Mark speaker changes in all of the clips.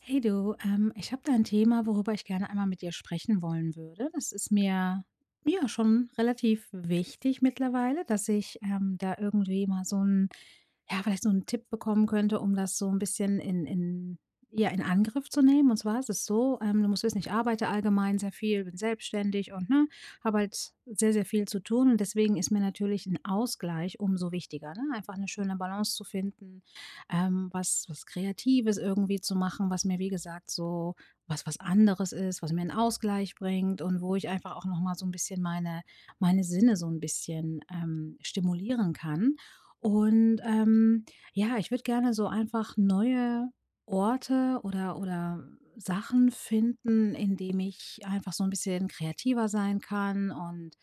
Speaker 1: Hey du, ich habe da ein Thema, worüber ich gerne einmal mit dir sprechen wollen würde. Das ist mir ja schon relativ wichtig mittlerweile, dass ich da irgendwie mal ja, vielleicht so einen Tipp bekommen könnte, um das so ein bisschen ja, in Angriff zu nehmen. Und zwar ist es so, du musst wissen, ich arbeite allgemein sehr viel, bin selbstständig und ne, habe halt sehr, sehr viel zu tun. Und deswegen ist mir natürlich ein Ausgleich umso wichtiger, ne? Einfach eine schöne Balance zu finden, was Kreatives irgendwie zu machen, was mir, wie gesagt, so was anderes ist, was mir einen Ausgleich bringt und wo ich einfach auch noch mal so ein bisschen meine Sinne so ein bisschen stimulieren kann. Und ja, ich würde gerne so einfach neue Orte oder Sachen finden, in dem ich einfach so ein bisschen kreativer sein kann und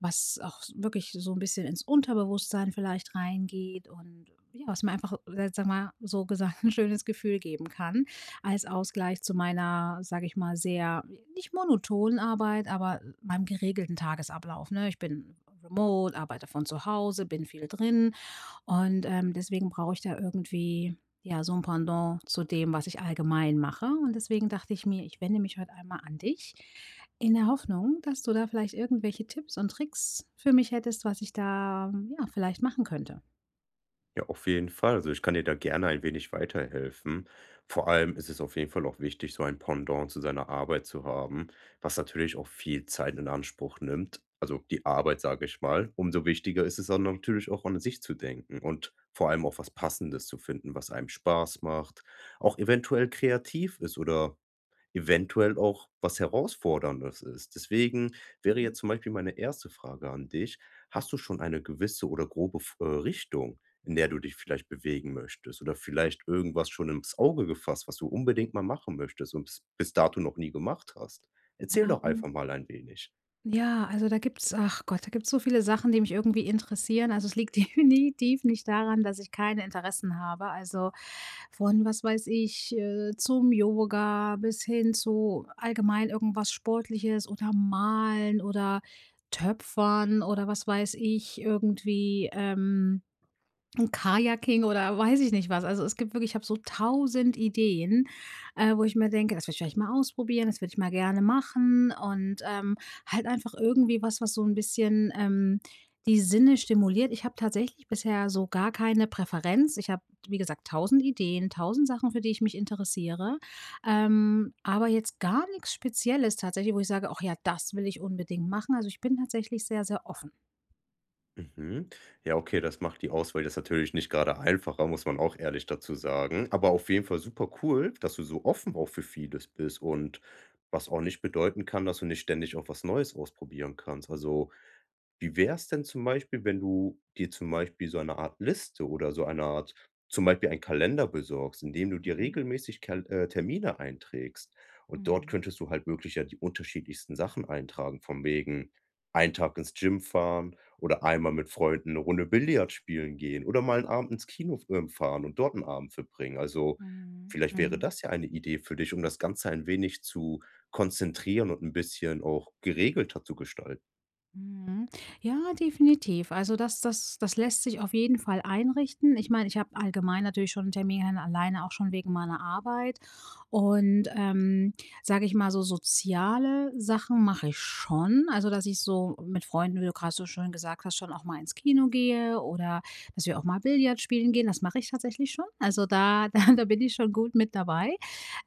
Speaker 1: was auch wirklich so ein bisschen ins Unterbewusstsein vielleicht reingeht und ja, was mir einfach sagen mal, so gesagt, ein schönes Gefühl geben kann als Ausgleich zu meiner, sage ich mal, sehr nicht monotonen Arbeit, aber meinem geregelten Tagesablauf, ne? Ich bin remote, arbeite von zu Hause, bin viel drin und, deswegen brauche ich da irgendwie, ja, so ein Pendant zu dem, was ich allgemein mache. Und deswegen dachte ich mir, ich wende mich heute einmal an dich in der Hoffnung, dass du da vielleicht irgendwelche Tipps und Tricks für mich hättest, was ich da, ja, vielleicht machen könnte.
Speaker 2: Ja, auf jeden Fall. Also, ich kann dir da gerne ein wenig weiterhelfen. Vor allem ist es auf jeden Fall auch wichtig, so ein Pendant zu seiner Arbeit zu haben, was natürlich auch viel Zeit in Anspruch nimmt. Also, die Arbeit, sage ich mal. Umso wichtiger ist es dann natürlich auch an sich zu denken und vor allem auch was Passendes zu finden, was einem Spaß macht, auch eventuell kreativ ist oder eventuell auch was Herausforderndes ist. Deswegen wäre
Speaker 1: Mhm.
Speaker 2: jetzt zum Beispiel meine erste Frage an dich: Hast du schon eine gewisse oder grobe F Richtung, in der du dich vielleicht bewegen möchtest oder vielleicht irgendwas schon ins Auge gefasst, was du unbedingt mal machen möchtest und bis dato noch nie gemacht hast? Erzähl doch
Speaker 1: Ähm
Speaker 2: einfach mal ein wenig.
Speaker 1: Ja, also da gibt's ach Gott, da gibt's so viele Sachen, die mich irgendwie interessieren. Also es liegt definitiv nicht daran, dass ich keine Interessen habe. Also von, was weiß ich, zum Yoga bis hin zu allgemein irgendwas Sportliches oder Malen oder Töpfern oder was weiß ich, irgendwie. Ein Kajaking oder weiß ich nicht was. Also, es gibt wirklich ich habe so tausend Ideen, wo ich mir denke: „Das würde ich vielleicht mal ausprobieren, das würde ich mal gerne machen.“ Und, halt einfach irgendwie was, was so ein bisschen die Sinne stimuliert. Ich habe tatsächlich bisher so gar keine Präferenz. Ich habe, wie gesagt, tausend Ideen, tausend Sachen, für die ich mich interessiere, aber jetzt gar nichts Spezielles tatsächlich, wo ich sage: „Ach ja, das will ich unbedingt machen.“ Also, ich bin tatsächlich sehr, sehr offen.
Speaker 2: Mhm. Ja, okay, das macht die Auswahl jetzt natürlich nicht gerade einfacher, muss man auch ehrlich dazu sagen. Aber auf jeden Fall super cool, dass du so offen auch für vieles bist und was auch nicht bedeuten kann, dass du nicht ständig auch was Neues ausprobieren kannst. Also wie wäre es denn zum Beispiel, wenn du dir zum Beispiel so eine Art Liste oder so eine Art zum Beispiel einen Kalender besorgst, in dem du dir
Speaker 1: Mhm.
Speaker 2: regelmäßig Kal Termine einträgst. Und dort
Speaker 1: Mhm.
Speaker 2: könntest du halt wirklich ja die unterschiedlichsten Sachen eintragen, von wegen einen Tag ins Gym fahren oder einmal mit Freunden eine Runde Billard spielen gehen oder mal einen Abend ins Kino, fahren und dort 'n Abend verbringen. Also,
Speaker 1: Mhm.
Speaker 2: vielleicht wäre
Speaker 1: Mhm.
Speaker 2: das ja eine Idee für dich, um das Ganze ein wenig zu konzentrieren und ein bisschen auch geregelter zu gestalten.
Speaker 1: Mhm. Ja, definitiv. Also das lässt sich auf jeden Fall einrichten. Ich meine, ich habe allgemein natürlich schon Termine alleine auch schon wegen meiner Arbeit und, sage ich mal, so soziale Sachen mache ich schon. Also, dass ich so mit Freunden, wie du gerade so schön gesagt hast, schon auch mal ins Kino gehe oder dass wir auch mal Billard spielen gehen. Das mache ich tatsächlich schon. Also da da bin ich schon gut mit dabei.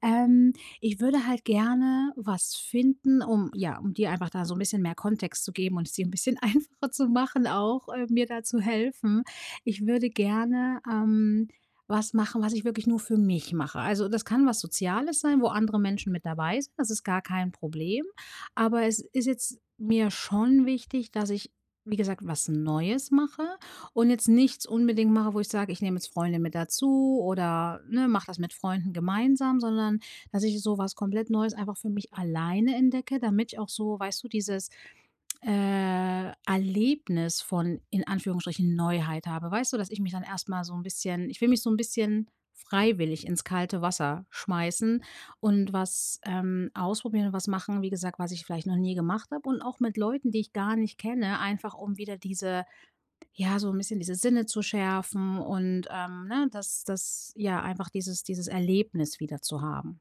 Speaker 1: Ähm, ich würde halt gerne was finden, um ja, um dir einfach da so ein bisschen mehr Kontext zu geben und es dir ein bisschen einfacher zu machen auch, mir da zu helfen. Ich würde gerne was machen, was ich wirklich nur für mich mache. Also, das kann was Soziales sein, wo andere Menschen mit dabei sind, das ist gar kein Problem. Aber es ist jetzt mir schon wichtig, dass ich, wie gesagt, was Neues mache und jetzt nichts unbedingt mache, wo ich sage: „Ich nehme jetzt Freunde mit dazu“ oder, ne, mache das mit Freunden gemeinsam, sondern dass ich so was komplett Neues einfach für mich alleine entdecke, damit ich auch so, weißt du, dieses Erlebnis von in Anführungsstrichen Neuheit habe. Weißt du, dass ich mich dann erstmal so ein bisschen ich will mich so ein bisschen freiwillig ins kalte Wasser schmeißen und was ausprobieren und was machen, wie gesagt, was ich vielleicht noch nie gemacht habe und auch mit Leuten, die ich gar nicht kenne, einfach um wieder diese ja, so ein bisschen diese Sinne zu schärfen und, ne, das ja, einfach dieses Erlebnis wieder zu haben.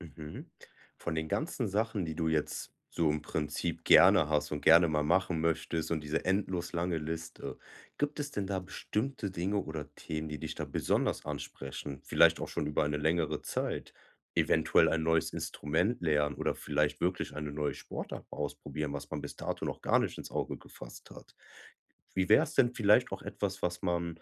Speaker 2: Mhm. Von den ganzen Sachen, die du jetzt so im Prinzip gerne hast und gerne mal machen möchtest und diese endlos lange Liste, gibt es denn da bestimmte Dinge oder Themen, die dich da besonders ansprechen? Vielleicht auch schon über eine längere Zeit? Eventuell ein neues Instrument lernen oder vielleicht wirklich eine neue Sportart mal ausprobieren, was man bis dato noch gar nicht ins Auge gefasst hat? Wie wäre es denn vielleicht auch etwas, was man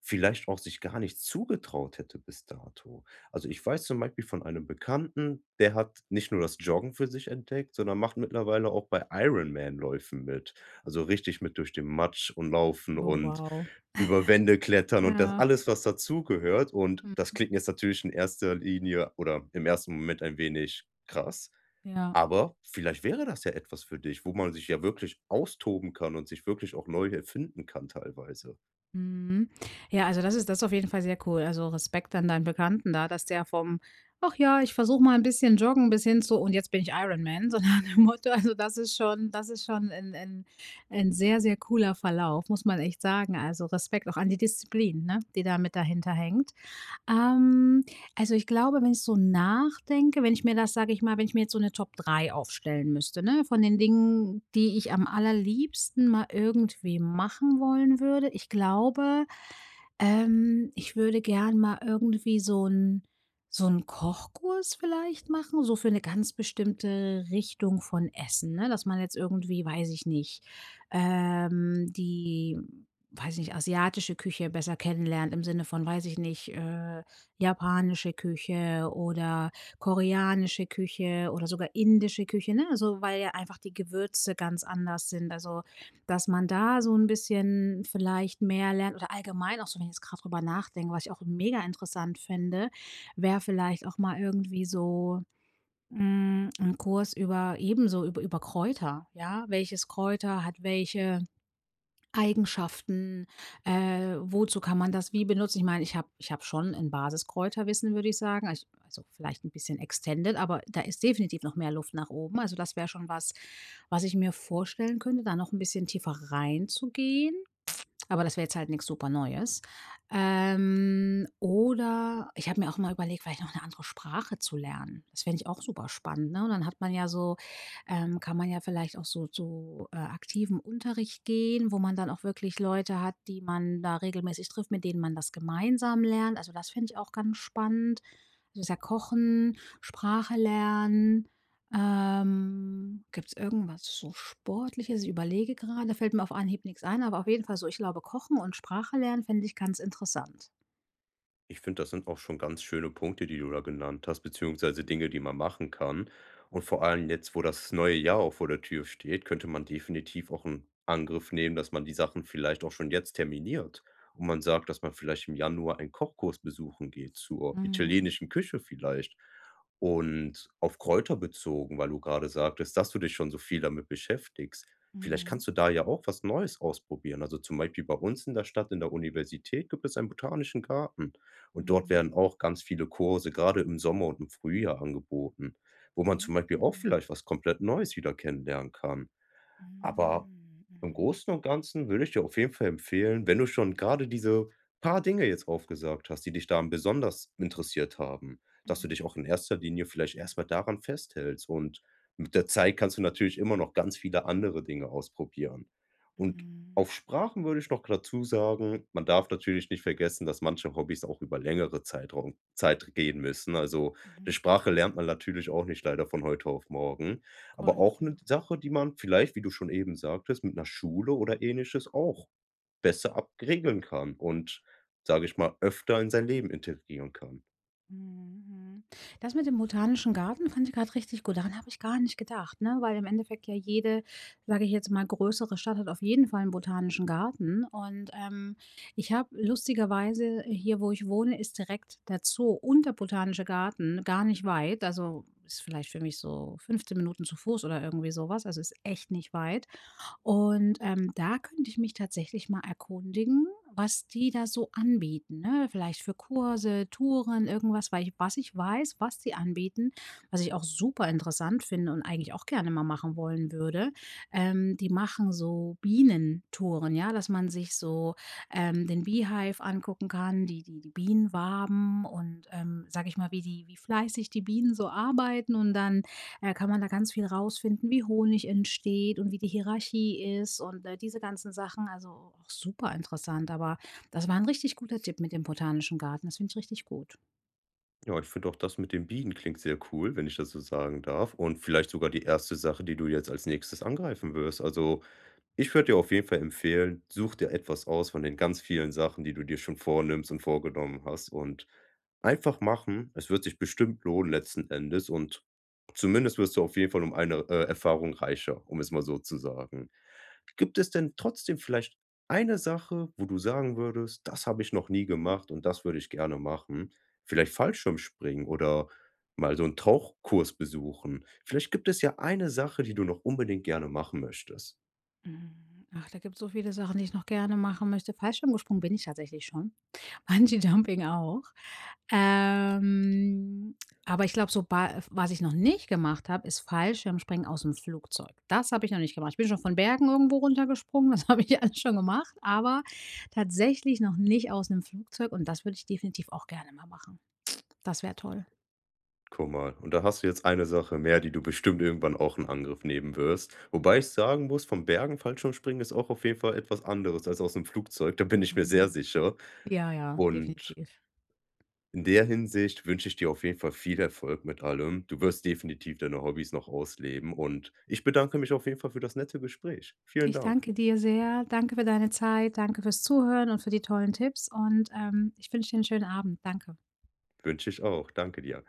Speaker 2: vielleicht auch sich gar nicht zugetraut hätte bis dato? Also, ich weiß zum Beispiel von einem Bekannten, der hat nicht nur das Joggen für sich entdeckt, sondern macht mittlerweile auch bei Ironman-Läufen mit. Also, richtig mit durch den Matsch und Laufen
Speaker 1: Oh,
Speaker 2: und
Speaker 1: wow.
Speaker 2: über Wände klettern und das
Speaker 1: Ja,
Speaker 2: alles, was dazugehört. Und
Speaker 1: hm,
Speaker 2: das klingt jetzt natürlich in erster Linie oder im ersten Moment ein wenig krass.
Speaker 1: ja,
Speaker 2: Aber vielleicht wäre das ja etwas für dich, wo man sich ja wirklich austoben kann und sich wirklich auch neu erfinden kann teilweise.
Speaker 1: mhm. Ja, also das ist, das ist auf jeden Fall sehr cool. Also Respekt an deinen Bekannten da, dass der vom: „Ach ja, ich versuche mal ein bisschen joggen“ bis hin zu: „Und jetzt bin ich Ironman“, so nach Motto. Also das ist schon, das ist schon ein 'n sehr, sehr cooler Verlauf, muss man echt sagen. Also Respekt auch an die Disziplin, ne, die da mit dahinter hängt. Ähm, also, ich glaube, wenn ich so nachdenke, wenn ich mir das, sage ich mal, wenn ich mir jetzt so eine Top 3 aufstellen müsste, ne, von den Dingen, die ich am allerliebsten mal irgendwie machen wollen würde. Ich glaube, ich würde gern mal irgendwie so 'n Kochkurs vielleicht machen, so für 'ne ganz bestimmte Richtung von Essen, ne? Dass man jetzt irgendwie, weiß ich nicht, ähm, die, weiß ich nicht, asiatische Küche besser kennenlernt im Sinne von, weiß ich nicht, japanische Küche oder koreanische Küche oder sogar indische Küche, ne? Also, weil ja einfach die Gewürze ganz anders sind. Also dass man da so ein bisschen vielleicht mehr lernt oder allgemein auch so, wenn ich jetzt gerade drüber nachdenke, was ich auch mega interessant finde, wäre vielleicht auch mal irgendwie so, hm, 'n Kurs über ebenso über über Kräuter, ja? Welches Kräuter hat welche Eigenschaften, wozu kann man das wie benutzen? Ich meine, ich habe schon ein Basiskräuterwissen, würde ich sagen. Also vielleicht ein bisschen extended, aber da ist definitiv noch mehr Luft nach oben. Also das wäre schon was, was ich mir vorstellen könnte, da noch ein bisschen tiefer reinzugehen. Aber das wäre jetzt halt nichts super Neues. Oder ich habe mir auch mal überlegt, vielleicht noch eine andere Sprache zu lernen. Das fände ich auch super spannend, ne? Und dann hat man ja so, kann man ja vielleicht auch so zu aktivem Unterricht gehen, wo man dann auch wirklich Leute hat, die man da regelmäßig trifft, mit denen man das gemeinsam lernt. Also, das fände ich auch ganz spannend. Also, ich sage Kochen, Sprache lernen, gibt es irgendwas so Sportliches? Ich überlege grade, fällt mir auf Anhieb nichts ein, aber auf jeden Fall so, ich glaube, Kochen und Sprache lernen fände ich ganz interessant.
Speaker 2: Ich finde, das sind auch schon ganz schöne Punkte, die du da genannt hast, beziehungsweise Dinge, die man machen kann. Und vor allem jetzt, wo das neue Jahr auch vor der Tür steht, könnte man definitiv auch einen Angriff nehmen, dass man die Sachen vielleicht auch schon jetzt terminiert. Und man sagt, dass man vielleicht im Januar einen Kochkurs besuchen geht, zur
Speaker 1: Mhm.
Speaker 2: italienischen Küche vielleicht. Und auf Kräuter bezogen, weil du gerade sagtest, dass du dich schon so viel damit beschäftigst. Vielleicht
Speaker 1: Mhm.
Speaker 2: kannst du da ja auch was Neues ausprobieren. Also zum Beispiel bei uns in der Stadt, in der Universität, gibt es einen botanischen Garten. Und dort
Speaker 1: Mhm.
Speaker 2: werden auch ganz viele Kurse, gerade im Sommer und im Frühjahr angeboten, wo man zum
Speaker 1: Mhm.
Speaker 2: Beispiel auch
Speaker 1: Mhm.
Speaker 2: vielleicht was komplett Neues wieder kennenlernen kann. Aber
Speaker 1: Mhm.
Speaker 2: im
Speaker 1: Mhm.
Speaker 2: Großen und Ganzen würde ich dir auf jeden Fall empfehlen, wenn du schon gerade diese paar Dinge jetzt aufgesagt hast, die dich daran besonders interessiert haben, dass du
Speaker 1: Mhm.
Speaker 2: dich auch in erster Linie vielleicht erstmal daran festhältst und mit der Zeit kannst du natürlich immer noch ganz viele andere Dinge ausprobieren. Und
Speaker 1: Mhm.
Speaker 2: auf Sprachen würde ich noch dazu sagen, man darf natürlich nicht vergessen, dass manche Hobbys auch über längere Zeit gehen müssen. Also, 'ne
Speaker 1: Mhm.
Speaker 2: Sprache lernt man natürlich auch nicht leider von heute auf morgen. Aber
Speaker 1: Korrekt,
Speaker 2: auch
Speaker 1: ja.
Speaker 2: eine Sache, die man vielleicht, wie du schon eben sagtest, mit einer Schule oder Ähnliches auch besser abregeln kann und, sage ich mal, öfter in sein Leben integrieren kann.
Speaker 1: Mhm. Das mit dem Botanischen Garten fand ich gerade richtig gut. Daran habe ich gar nicht gedacht, ne? Weil im Endeffekt ja jede, sage ich jetzt mal, größere Stadt hat auf jeden Fall einen Botanischen Garten. Und, ich habe lustigerweise hier, wo ich wohne, ist direkt der Zoo und der Botanische Garten gar nicht weit. Also, ist vielleicht für mich so 15 Minuten zu Fuß oder irgendwie sowas. Also, ist echt nicht weit. Und, da könnte ich mich tatsächlich mal erkundigen, was die da so anbieten, ne? Vielleicht für Kurse, Touren, irgendwas, weil ich was ich weiß, was die anbieten, was ich auch super interessant finde und eigentlich auch gerne mal machen wollen würde. Die machen so Bienentouren, ja, dass man sich so, den Beehive angucken kann, die Bienenwaben und, sage ich mal, wie die wie fleißig die Bienen so arbeiten und dann kann man da ganz viel rausfinden, wie Honig entsteht und wie die Hierarchie ist und, diese ganzen Sachen. Also, auch super interessant, aber das war ein richtig guter Tipp mit dem Botanischen Garten. Das finde ich richtig gut.
Speaker 2: Ja, ich finde auch das mit den Bienen klingt sehr cool, wenn ich das so sagen darf und vielleicht sogar die erste Sache, die du jetzt als Nächstes angreifen wirst. Also, ich würde dir auf jeden Fall empfehlen, such dir etwas aus von den ganz vielen Sachen, die du dir schon vornimmst und vorgenommen hast und einfach machen. Es wird sich bestimmt lohnen letzten Endes und zumindest wirst du auf jeden Fall um eine, Erfahrung reicher, um es mal so zu sagen. Gibt es denn trotzdem vielleicht eine Sache, wo du sagen würdest: „Das habe ich noch nie gemacht und das würde ich gerne machen?“ Vielleicht Fallschirmspringen oder mal so einen Tauchkurs besuchen. Vielleicht gibt es ja eine Sache, die du noch unbedingt gerne machen möchtest.
Speaker 1: Mhm. Ach, da gibt es so viele Sachen, die ich noch gerne machen möchte. Fallschirmgesprungen bin ich tatsächlich schon. Bungee Jumping auch. Ähm, aber ich glaube, so ba was ich noch nicht gemacht habe, ist Fallschirmspringen aus dem Flugzeug. Das habe ich noch nicht gemacht. Ich bin schon von Bergen irgendwo runtergesprungen, das habe ich alles schon gemacht, aber tatsächlich noch nicht aus einem Flugzeug und das würde ich definitiv auch gerne mal machen. Das wäre toll.
Speaker 2: Guck mal, und da hast du jetzt eine Sache mehr, die du bestimmt irgendwann auch in Angriff nehmen wirst. Wobei ich sagen muss, vom Bergen Fallschirmspringen ist auch auf jeden Fall etwas anderes als aus dem Flugzeug, da bin ich mir sehr
Speaker 1: Mhm.
Speaker 2: sicher.
Speaker 1: Ja, ja,
Speaker 2: Und
Speaker 1: definitiv.
Speaker 2: in der Hinsicht wünsche ich dir auf jeden Fall viel Erfolg mit allem. Du wirst definitiv deine Hobbys noch ausleben und ich bedanke mich auf jeden Fall für das nette Gespräch. Vielen
Speaker 1: Ich
Speaker 2: Dank.
Speaker 1: danke dir sehr. Danke für deine Zeit. Danke fürs Zuhören und für die tollen Tipps und, ich wünsche dir einen schönen Abend. Danke.
Speaker 2: Wünsche ich auch. Danke dir.